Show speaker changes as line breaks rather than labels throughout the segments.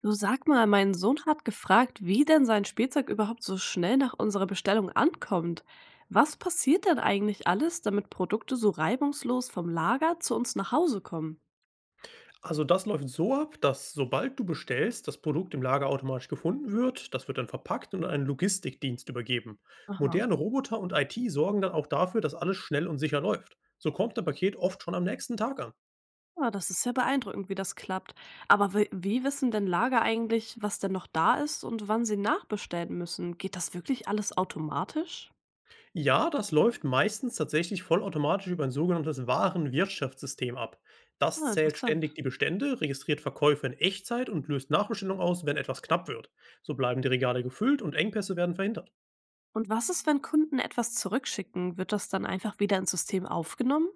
Du, sag mal, mein Sohn hat gefragt, wie denn sein Spielzeug überhaupt so schnell nach unserer Bestellung ankommt. Was passiert denn eigentlich alles, damit Produkte so reibungslos vom Lager zu uns nach Hause kommen?
Also das läuft so ab, dass sobald du bestellst, das Produkt im Lager automatisch gefunden wird, das wird dann verpackt und an einen Logistikdienst übergeben.
Aha.
Moderne Roboter und IT sorgen dann auch dafür, dass alles schnell und sicher läuft. So kommt dein Paket oft schon am nächsten Tag an.
Ja, das ist ja beeindruckend, wie das klappt. Aber wie wissen denn Lager eigentlich, was denn noch da ist und wann sie nachbestellen müssen? Geht das wirklich alles automatisch?
Ja, das läuft meistens tatsächlich vollautomatisch über ein sogenanntes Warenwirtschaftssystem ab. Das
Ah,
zählt
interessant.
ständig die Bestände, registriert Verkäufe in Echtzeit und löst Nachbestellungen aus, wenn etwas knapp wird. So bleiben die Regale gefüllt und Engpässe werden verhindert.
Und was ist, wenn Kunden etwas zurückschicken? Wird das dann einfach wieder ins System aufgenommen?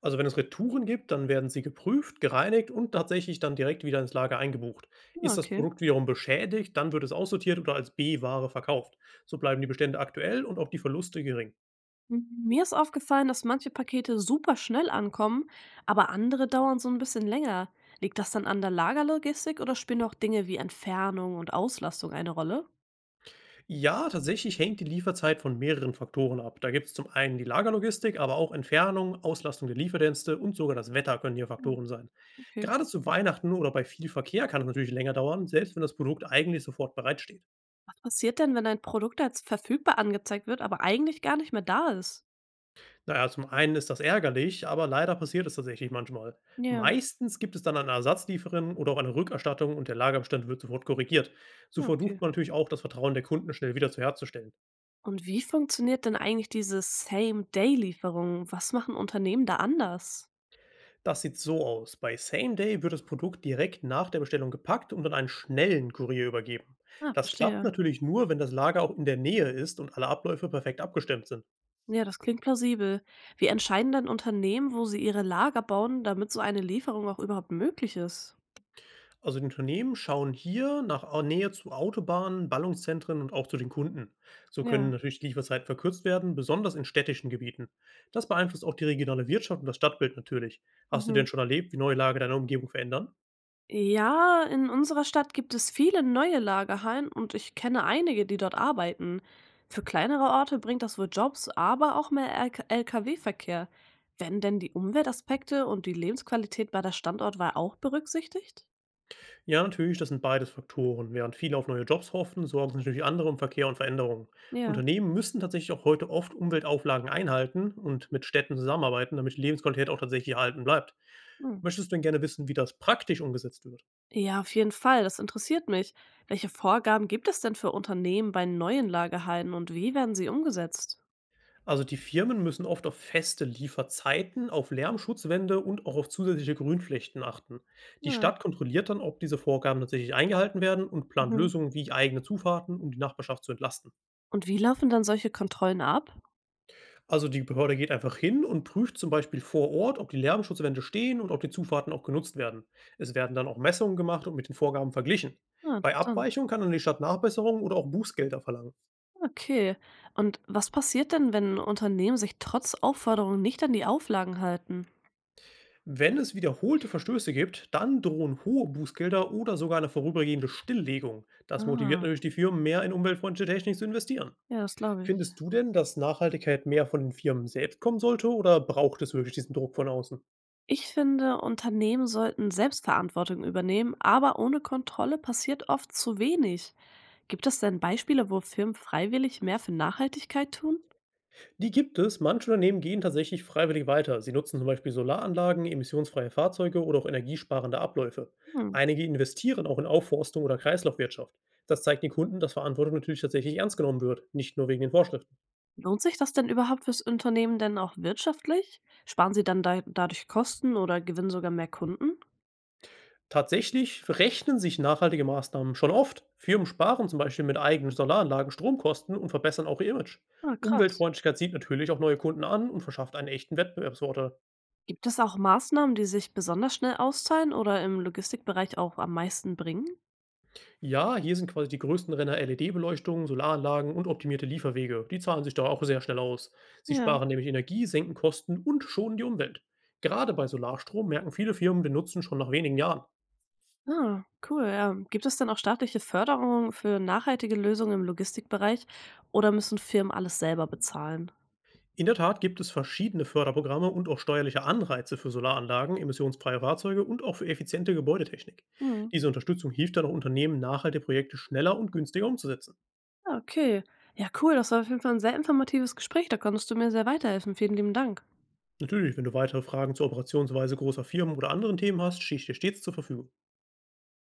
Also, wenn es Retouren gibt, dann werden sie geprüft, gereinigt und tatsächlich dann direkt wieder ins Lager eingebucht.
Ah,
Ist das
okay.
Produkt wiederum beschädigt, dann wird es aussortiert oder als B-Ware verkauft. So bleiben die Bestände aktuell und auch die Verluste gering.
Hm, mir ist aufgefallen, dass manche Pakete super schnell ankommen, aber andere dauern so ein bisschen länger. Liegt das dann an der Lagerlogistik oder spielen auch Dinge wie Entfernung und Auslastung eine Rolle?
Ja, tatsächlich hängt die Lieferzeit von mehreren Faktoren ab. Da gibt es zum einen die Lagerlogistik, aber auch Entfernung, Auslastung der Lieferdienste und sogar das Wetter können hier
Hm,
Faktoren sein.
okay.
Gerade zu Weihnachten oder bei viel Verkehr kann es natürlich länger dauern, selbst wenn das Produkt eigentlich sofort bereitsteht.
Was passiert denn, wenn ein Produkt als verfügbar angezeigt wird, aber eigentlich gar nicht mehr da ist?
Na ja, zum einen ist das ärgerlich, aber leider passiert es tatsächlich manchmal.
Ja,
Meistens gibt es dann einen Ersatzlieferanten oder auch eine Rückerstattung und der Lagerbestand wird sofort korrigiert. So
ja, okay.
versucht man natürlich auch, das Vertrauen der Kunden schnell wieder zu herzustellen.
Und wie funktioniert denn eigentlich diese Same-Day-Lieferung? Was machen Unternehmen da anders?
Das sieht so aus. Bei Same Day wird das Produkt direkt nach der Bestellung gepackt und an einen schnellen Kurier übergeben.
Ah,
Das klappt
verstehe.
natürlich nur, wenn das Lager auch in der Nähe ist und alle Abläufe perfekt abgestimmt sind.
Ja, das klingt plausibel. Wie entscheiden denn Unternehmen, wo sie ihre Lager bauen, damit so eine Lieferung auch überhaupt möglich ist?
Also die Unternehmen schauen hier nach Nähe zu Autobahnen, Ballungszentren und auch zu den Kunden. So können
Ja.
natürlich Lieferzeiten verkürzt werden, besonders in städtischen Gebieten. Das beeinflusst auch die regionale Wirtschaft und das Stadtbild natürlich. Hast du denn
Mhm.
schon erlebt, wie neue Lage deiner Umgebung verändern?
Ja, in unserer Stadt gibt es viele neue Lagerhallen und ich kenne einige, die dort arbeiten. Für kleinere Orte bringt das wohl Jobs, aber auch mehr LK Lkw-Verkehr. Werden denn die Umweltaspekte und die Lebensqualität bei der Standortwahl auch berücksichtigt?
Ja, natürlich, das sind beides Faktoren. Während viele auf neue Jobs hoffen, sorgen sich natürlich andere um Verkehr und Veränderungen.
Ja.
Unternehmen müssen tatsächlich auch heute oft Umweltauflagen einhalten und mit Städten zusammenarbeiten, damit die Lebensqualität auch tatsächlich erhalten bleibt.
Mhm.
Möchtest du denn gerne wissen, wie das praktisch umgesetzt wird?
Ja, auf jeden Fall. Das interessiert mich. Welche Vorgaben gibt es denn für Unternehmen bei neuen Lagerhallen und wie werden sie umgesetzt?
Also die Firmen müssen oft auf feste Lieferzeiten, auf Lärmschutzwände und auch auf zusätzliche Grünflächen achten. Die
Ja,
Stadt kontrolliert dann, ob diese Vorgaben tatsächlich eingehalten werden und plant
mhm.
Lösungen wie eigene Zufahrten, um die Nachbarschaft zu entlasten.
Und wie laufen dann solche Kontrollen ab?
Also, die Behörde geht einfach hin und prüft zum Beispiel vor Ort, ob die Lärmschutzwände stehen und ob die Zufahrten auch genutzt werden. Es werden dann auch Messungen gemacht und mit den Vorgaben verglichen.
Ah,
Bei
interessant.
Abweichung kann dann die Stadt Nachbesserungen oder auch Bußgelder verlangen.
Okay. Und was passiert denn, wenn Unternehmen sich trotz Aufforderung nicht an die Auflagen halten?
Wenn es wiederholte Verstöße gibt, dann drohen hohe Bußgelder oder sogar eine vorübergehende Stilllegung. Das motiviert
Ah,
natürlich die Firmen, mehr in umweltfreundliche Technik zu investieren.
ja, das glaube ich.
Findest du denn, dass Nachhaltigkeit mehr von den Firmen selbst kommen sollte oder braucht es wirklich diesen Druck von außen?
Ich finde, Unternehmen sollten Selbstverantwortung übernehmen, aber ohne Kontrolle passiert oft zu wenig. Gibt es denn Beispiele, wo Firmen freiwillig mehr für Nachhaltigkeit tun?
Die gibt es. Manche Unternehmen gehen tatsächlich freiwillig weiter. Sie nutzen zum Beispiel Solaranlagen, emissionsfreie Fahrzeuge oder auch energiesparende Abläufe.
Hm.
Einige investieren auch in Aufforstung oder Kreislaufwirtschaft. Das zeigt den Kunden, dass Verantwortung natürlich tatsächlich ernst genommen wird, nicht nur wegen den Vorschriften.
Lohnt sich das denn überhaupt fürs Unternehmen denn auch wirtschaftlich? Sparen Sie dann da dadurch Kosten oder gewinnen sogar mehr Kunden?
Tatsächlich rechnen sich nachhaltige Maßnahmen schon oft. Firmen sparen zum Beispiel mit eigenen Solaranlagen Stromkosten und verbessern auch ihr Image.
Ah, krass.
Umweltfreundlichkeit zieht natürlich auch neue Kunden an und verschafft einen echten Wettbewerbsvorteil.
Gibt es auch Maßnahmen, die sich besonders schnell auszahlen oder im Logistikbereich auch am meisten bringen?
Ja, hier sind quasi die größten Renner LED-Beleuchtung, Solaranlagen und optimierte Lieferwege. Die zahlen sich da auch sehr schnell aus. Sie
Ja.
sparen nämlich Energie, senken Kosten und schonen die Umwelt. Gerade bei Solarstrom merken viele Firmen den Nutzen schon nach wenigen Jahren.
Ah, cool. Ja. Gibt es denn auch staatliche Förderungen für nachhaltige Lösungen im Logistikbereich oder müssen Firmen alles selber bezahlen?
In der Tat gibt es verschiedene Förderprogramme und auch steuerliche Anreize für Solaranlagen, emissionsfreie Fahrzeuge und auch für effiziente Gebäudetechnik.
Hm.
Diese Unterstützung hilft dann auch Unternehmen, nachhaltige Projekte schneller und günstiger umzusetzen.
Ja, okay. Ja, cool. Das war auf jeden Fall ein sehr informatives Gespräch. Da konntest du mir sehr weiterhelfen. Vielen lieben Dank.
Natürlich, wenn du weitere Fragen zur Operationsweise großer Firmen oder anderen Themen hast, stehe ich dir stets zur Verfügung.